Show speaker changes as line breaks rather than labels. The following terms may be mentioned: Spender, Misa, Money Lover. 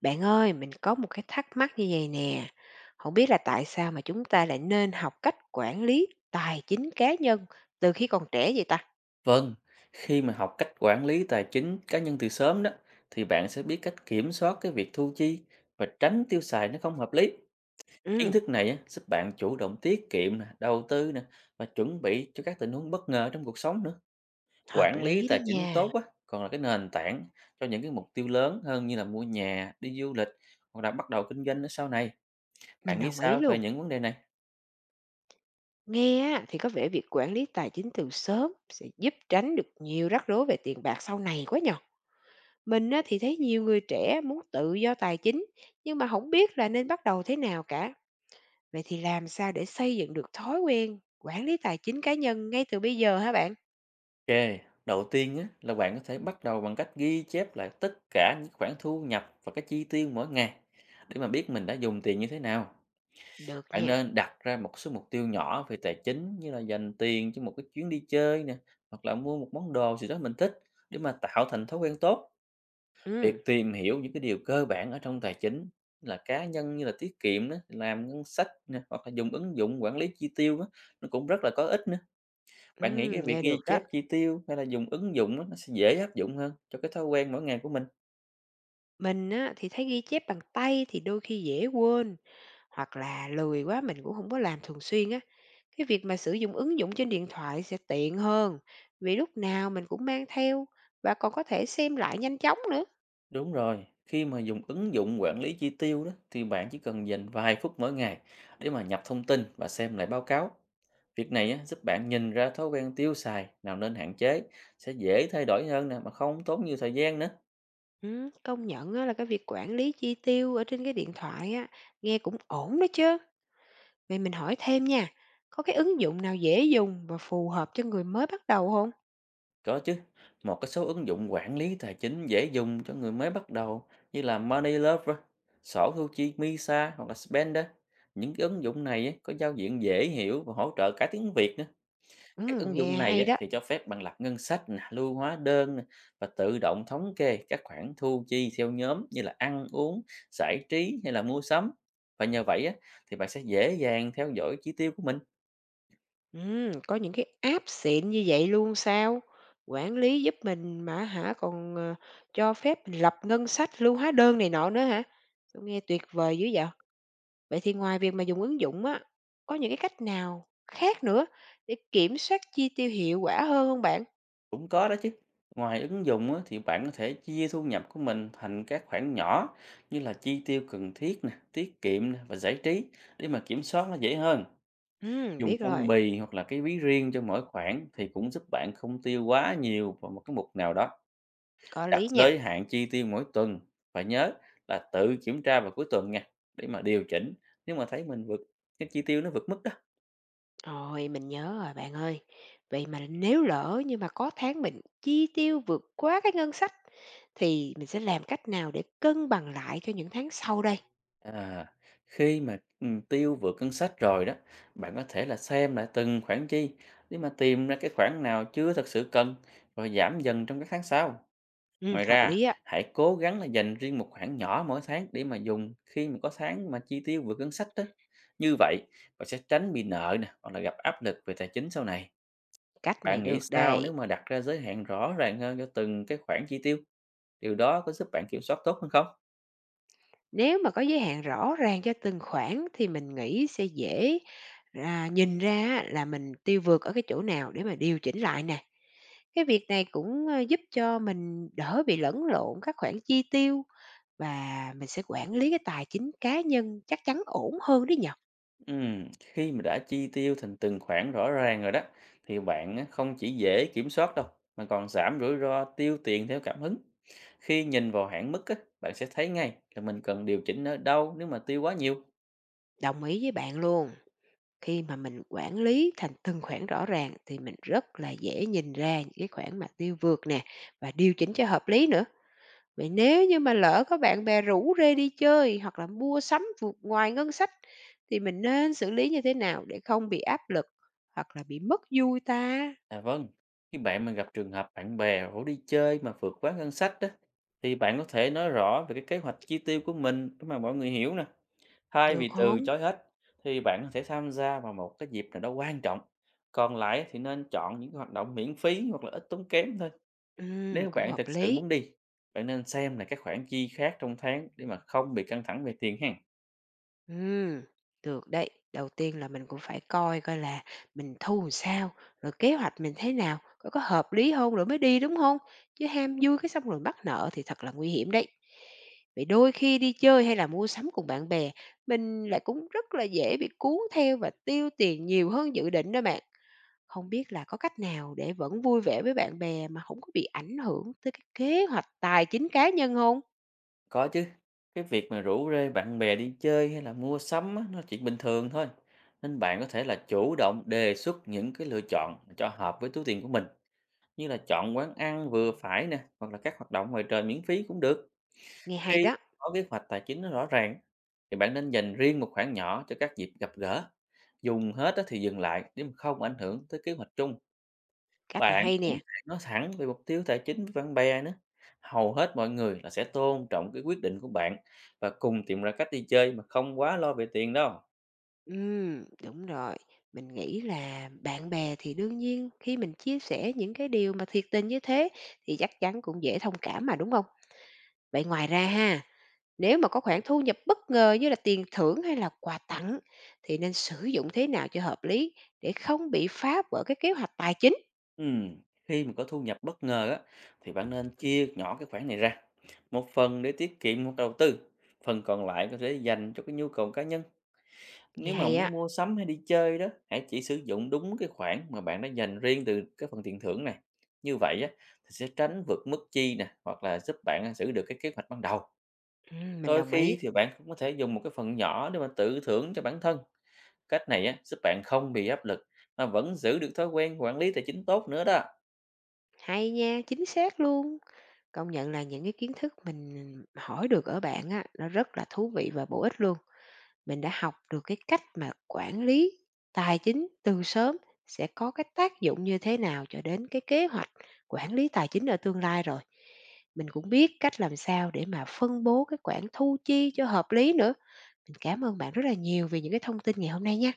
Bạn ơi, mình có một cái thắc mắc như vậy nè, không biết là tại sao mà chúng ta lại nên học cách quản lý tài chính cá nhân từ khi còn trẻ vậy ta?
Vâng, khi mà học cách quản lý tài chính cá nhân từ sớm đó thì bạn sẽ biết cách kiểm soát cái việc thu chi và tránh tiêu xài nó không hợp lý. Kiến
Ừm,
thức này á, giúp bạn chủ động tiết kiệm nè, đầu tư nè và chuẩn bị cho các tình huống bất ngờ trong cuộc sống nữa.
hợp
Quản lý
lý đó
tài chính
nha,
tốt á còn là cái nền tảng cho những cái mục tiêu lớn hơn như là mua nhà, đi du lịch hoặc là bắt đầu kinh doanh ở sau này.
mình
Bạn nghĩ
đồng ý
sao về
luôn.
những vấn đề này?
Nghe á thì có vẻ việc quản lý tài chính từ sớm sẽ giúp tránh được nhiều rắc rối về tiền bạc sau này quá nhỉ. Mình á thì thấy nhiều người trẻ muốn tự do tài chính, nhưng mà không biết là nên bắt đầu thế nào cả. Vậy thì làm sao để xây dựng được thói quen quản lý tài chính cá nhân ngay từ bây giờ hả bạn?
Ok, đầu tiên á, là bạn có thể bắt đầu bằng cách ghi chép lại tất cả những khoản thu nhập và các chi tiêu mỗi ngày để mà biết mình đã dùng tiền như thế nào.
Được
Bạn
nha.
nên đặt ra một số mục tiêu nhỏ về tài chính như là dành tiền cho một cái chuyến đi chơi nè, hoặc là mua một món đồ gì đó mình thích để mà tạo thành thói quen tốt. Việc
Ừm,
tìm hiểu những cái điều cơ bản ở trong tài chính là cá nhân như là tiết kiệm đó, làm ngân sách nè, hoặc là dùng ứng dụng quản lý chi tiêu đó, nó cũng rất là có ích nữa. Bạn nghĩ cái việc
nghe được
ghi
đó.
chép chi tiêu hay là dùng ứng dụng á, nó sẽ dễ áp dụng hơn cho cái thói quen mỗi ngày của mình?
Mình á, thì thấy ghi chép bằng tay thì đôi khi dễ quên, hoặc là lười quá mình cũng không có làm thường xuyên á. Cái việc mà sử dụng ứng dụng trên điện thoại sẽ tiện hơn, vì lúc nào mình cũng mang theo và còn có thể xem lại nhanh chóng nữa.
Đúng rồi, khi mà dùng ứng dụng quản lý chi tiêu đó thì bạn chỉ cần dành vài phút mỗi ngày để mà nhập thông tin và xem lại báo cáo. Việc này á, giúp bạn nhìn ra thói quen tiêu xài nào nên hạn chế, sẽ dễ thay đổi hơn nè mà không tốn nhiều thời gian nữa.
Công nhận á, là cái việc quản lý chi tiêu ở trên cái điện thoại á, nghe cũng ổn đó chứ. Vậy mình hỏi thêm nha, có cái ứng dụng nào dễ dùng và phù hợp cho người mới bắt đầu không?
Có chứ, một cái số ứng dụng quản lý tài chính dễ dùng cho người mới bắt đầu như là Money Lover, sổ thu chi Misa hoặc là Spender. Những cái ứng dụng này á, có giao diện dễ hiểu và hỗ trợ cả tiếng Việt nữa. Các ứng dụng
Nghe
này
hay
á,
đó.
thì cho phép bạn lập ngân sách, nè, lưu hóa đơn nè, và tự động thống kê các khoản thu chi theo nhóm như là ăn uống, giải trí hay là mua sắm. Và nhờ vậy á, thì bạn sẽ dễ dàng theo dõi chi tiêu của mình.
Có những cái app xịn như vậy luôn sao? Quản lý giúp mình mà hả, còn, cho phép mình lập ngân sách, lưu hóa đơn này nọ nữa hả? Tôi nghe tuyệt vời dữ vậy! Vậy thì ngoài việc mà dùng ứng dụng á, có những cái cách nào khác nữa để kiểm soát chi tiêu hiệu quả hơn không bạn?
Cũng có đó chứ. Ngoài ứng dụng á, thì bạn có thể chia thu nhập của mình thành các khoản nhỏ như là chi tiêu cần thiết nè, tiết kiệm nè và giải trí để mà kiểm soát nó dễ hơn. Dùng
Biết
phong
rồi,
bì hoặc là cái ví riêng cho mỗi khoản thì cũng giúp bạn không tiêu quá nhiều vào một cái mục nào đó.
có
Đặt
lý nha.
giới hạn chi tiêu mỗi tuần và nhớ là tự kiểm tra vào cuối tuần nha để mà điều chỉnh nếu mà thấy mình vượt, cái chi tiêu nó vượt mức đó.
Rồi, mình nhớ rồi bạn ơi. Vậy mà nếu lỡ nhưng mà có tháng mình chi tiêu vượt quá cái ngân sách thì mình sẽ làm cách nào để cân bằng lại cho những tháng sau đây?
À, khi mà tiêu vượt ngân sách rồi đó, bạn có thể là xem lại từng khoản chi để mà tìm ra cái khoản nào chưa thật sự cần rồi giảm dần trong các tháng sau. Ngoài
Hợp
ra,
lý á,
hãy cố gắng là dành riêng một khoản nhỏ mỗi tháng để mà dùng khi mà có tháng mà chi tiêu vượt ngân sách đó. Như vậy, bạn sẽ tránh bị nợ nè, hoặc là gặp áp lực về tài chính sau này.
cách này
Bạn nghĩ
được
sao
đây.
nếu mà đặt ra giới hạn rõ ràng hơn cho từng cái khoản chi tiêu? Điều đó có giúp bạn kiểm soát tốt hơn không?
Nếu mà có giới hạn rõ ràng cho từng khoản thì mình nghĩ sẽ dễ ra nhìn ra á là mình tiêu vượt ở cái chỗ nào để mà điều chỉnh lại nè. Cái việc này cũng, giúp cho mình đỡ bị lẫn lộn các khoản chi tiêu và mình sẽ quản lý cái tài chính cá nhân chắc chắn ổn hơn đấy nhỉ?
Khi mà đã chi tiêu thành từng khoản rõ ràng rồi đó thì bạn á, không chỉ dễ kiểm soát đâu mà còn giảm rủi ro tiêu tiền theo cảm hứng. Khi nhìn vào hạn mức á, bạn sẽ thấy ngay là mình cần điều chỉnh ở đâu nếu mà tiêu quá nhiều.
Đồng ý với bạn luôn. Khi mà mình quản lý thành từng khoản rõ ràng thì mình rất là dễ nhìn ra những cái khoản mà tiêu vượt nè và điều chỉnh cho hợp lý nữa. Vậy nếu như mà lỡ có bạn bè rủ rê đi chơi hoặc là mua sắm vượt ngoài ngân sách thì mình nên xử lý như thế nào để không bị áp lực hoặc là bị mất vui ta?
À vâng, khi bạn mà gặp trường hợp bạn bè rủ đi chơi mà vượt quá ngân sách đó thì bạn có thể nói rõ về cái kế hoạch chi tiêu của mình để mà mọi người hiểu nè. Thay
Được
vì từ
không?
chối hết thì bạn có thể tham gia vào một cái dịp nào đó quan trọng. Còn lại thì nên chọn những cái hoạt động miễn phí hoặc là ít tốn kém thôi.
Ừ,
Nếu
cũng
bạn thực
hợp
sự
lý.
muốn đi, bạn nên xem là các khoản chi khác trong tháng để mà không bị căng thẳng về tiền ha.
Ừm, được đấy. Đầu tiên là mình cũng phải coi coi là mình thu làm sao, rồi kế hoạch mình thế nào, coi có hợp lý không rồi mới đi, đúng không? Chứ ham vui cái xong rồi mắc nợ thì thật là nguy hiểm đấy. Vậy đôi khi đi chơi hay là mua sắm cùng bạn bè, mình lại cũng rất là dễ bị cuốn theo và tiêu tiền nhiều hơn dự định đó bạn. Không biết là có cách nào để vẫn vui vẻ với bạn bè mà không có bị ảnh hưởng tới cái kế hoạch tài chính cá nhân không?
Có chứ, cái việc mà rủ rê bạn bè đi chơi hay là mua sắm á, nó là chuyện bình thường thôi. Nên bạn có thể là chủ động đề xuất những cái lựa chọn cho hợp với túi tiền của mình. Như là chọn quán ăn vừa phải nè, hoặc là các hoạt động ngoài trời miễn phí cũng được.
Nghe hay
Khi
đó,
có kế hoạch tài chính nó rõ ràng thì bạn nên dành riêng một khoản nhỏ cho các dịp gặp gỡ. Dùng hết á thì dừng lại để mà không ảnh hưởng tới kế hoạch chung.
cách này
Bạn
hay
cũng
nè.
có thể nói thẳng về mục tiêu tài chính với bạn bè nữa. Hầu hết mọi người là sẽ tôn trọng cái quyết định của bạn và cùng tìm ra cách đi chơi mà không quá lo về tiền đâu.
Đúng rồi. Mình nghĩ là bạn bè thì đương nhiên khi mình chia sẻ những cái điều mà thiệt tình như thế thì chắc chắn cũng dễ thông cảm mà, đúng không? Vậy ngoài ra ha, nếu mà có khoản thu nhập bất ngờ như là tiền thưởng hay là quà tặng thì nên sử dụng thế nào cho hợp lý để không bị phá vỡ cái kế hoạch tài chính?
Ừm, Khi mà có thu nhập bất ngờ á, thì bạn nên chia nhỏ cái khoản này ra. Một phần để tiết kiệm hoặc đầu tư, phần còn lại có thể dành cho cái nhu cầu cá nhân.
Nghe
Nếu mà
hay á,
muốn mua sắm hay đi chơi đó, hãy chỉ sử dụng đúng cái khoản mà bạn đã dành riêng từ cái phần tiền thưởng này. Như vậy á, thì sẽ tránh vượt mức chi nè, hoặc là giúp bạn giữ được cái kế hoạch ban đầu.
mình
Đôi
đồng
khi
ý.
thì bạn cũng có thể dùng một cái phần nhỏ để mà tự thưởng cho bản thân. Cách này á, giúp bạn không bị áp lực mà vẫn giữ được thói quen quản lý tài chính tốt nữa đó.
Hay nha, chính xác luôn. Công nhận là những cái kiến thức mình hỏi được ở bạn á, nó rất là thú vị và bổ ích luôn. Mình đã học được cái cách mà quản lý tài chính từ sớm sẽ có cái tác dụng như thế nào cho đến cái kế hoạch quản lý tài chính ở tương lai rồi. Mình cũng biết cách làm sao để mà phân bố cái khoản thu chi cho hợp lý nữa. Mình cảm ơn bạn rất là nhiều vì những cái thông tin ngày hôm nay nha.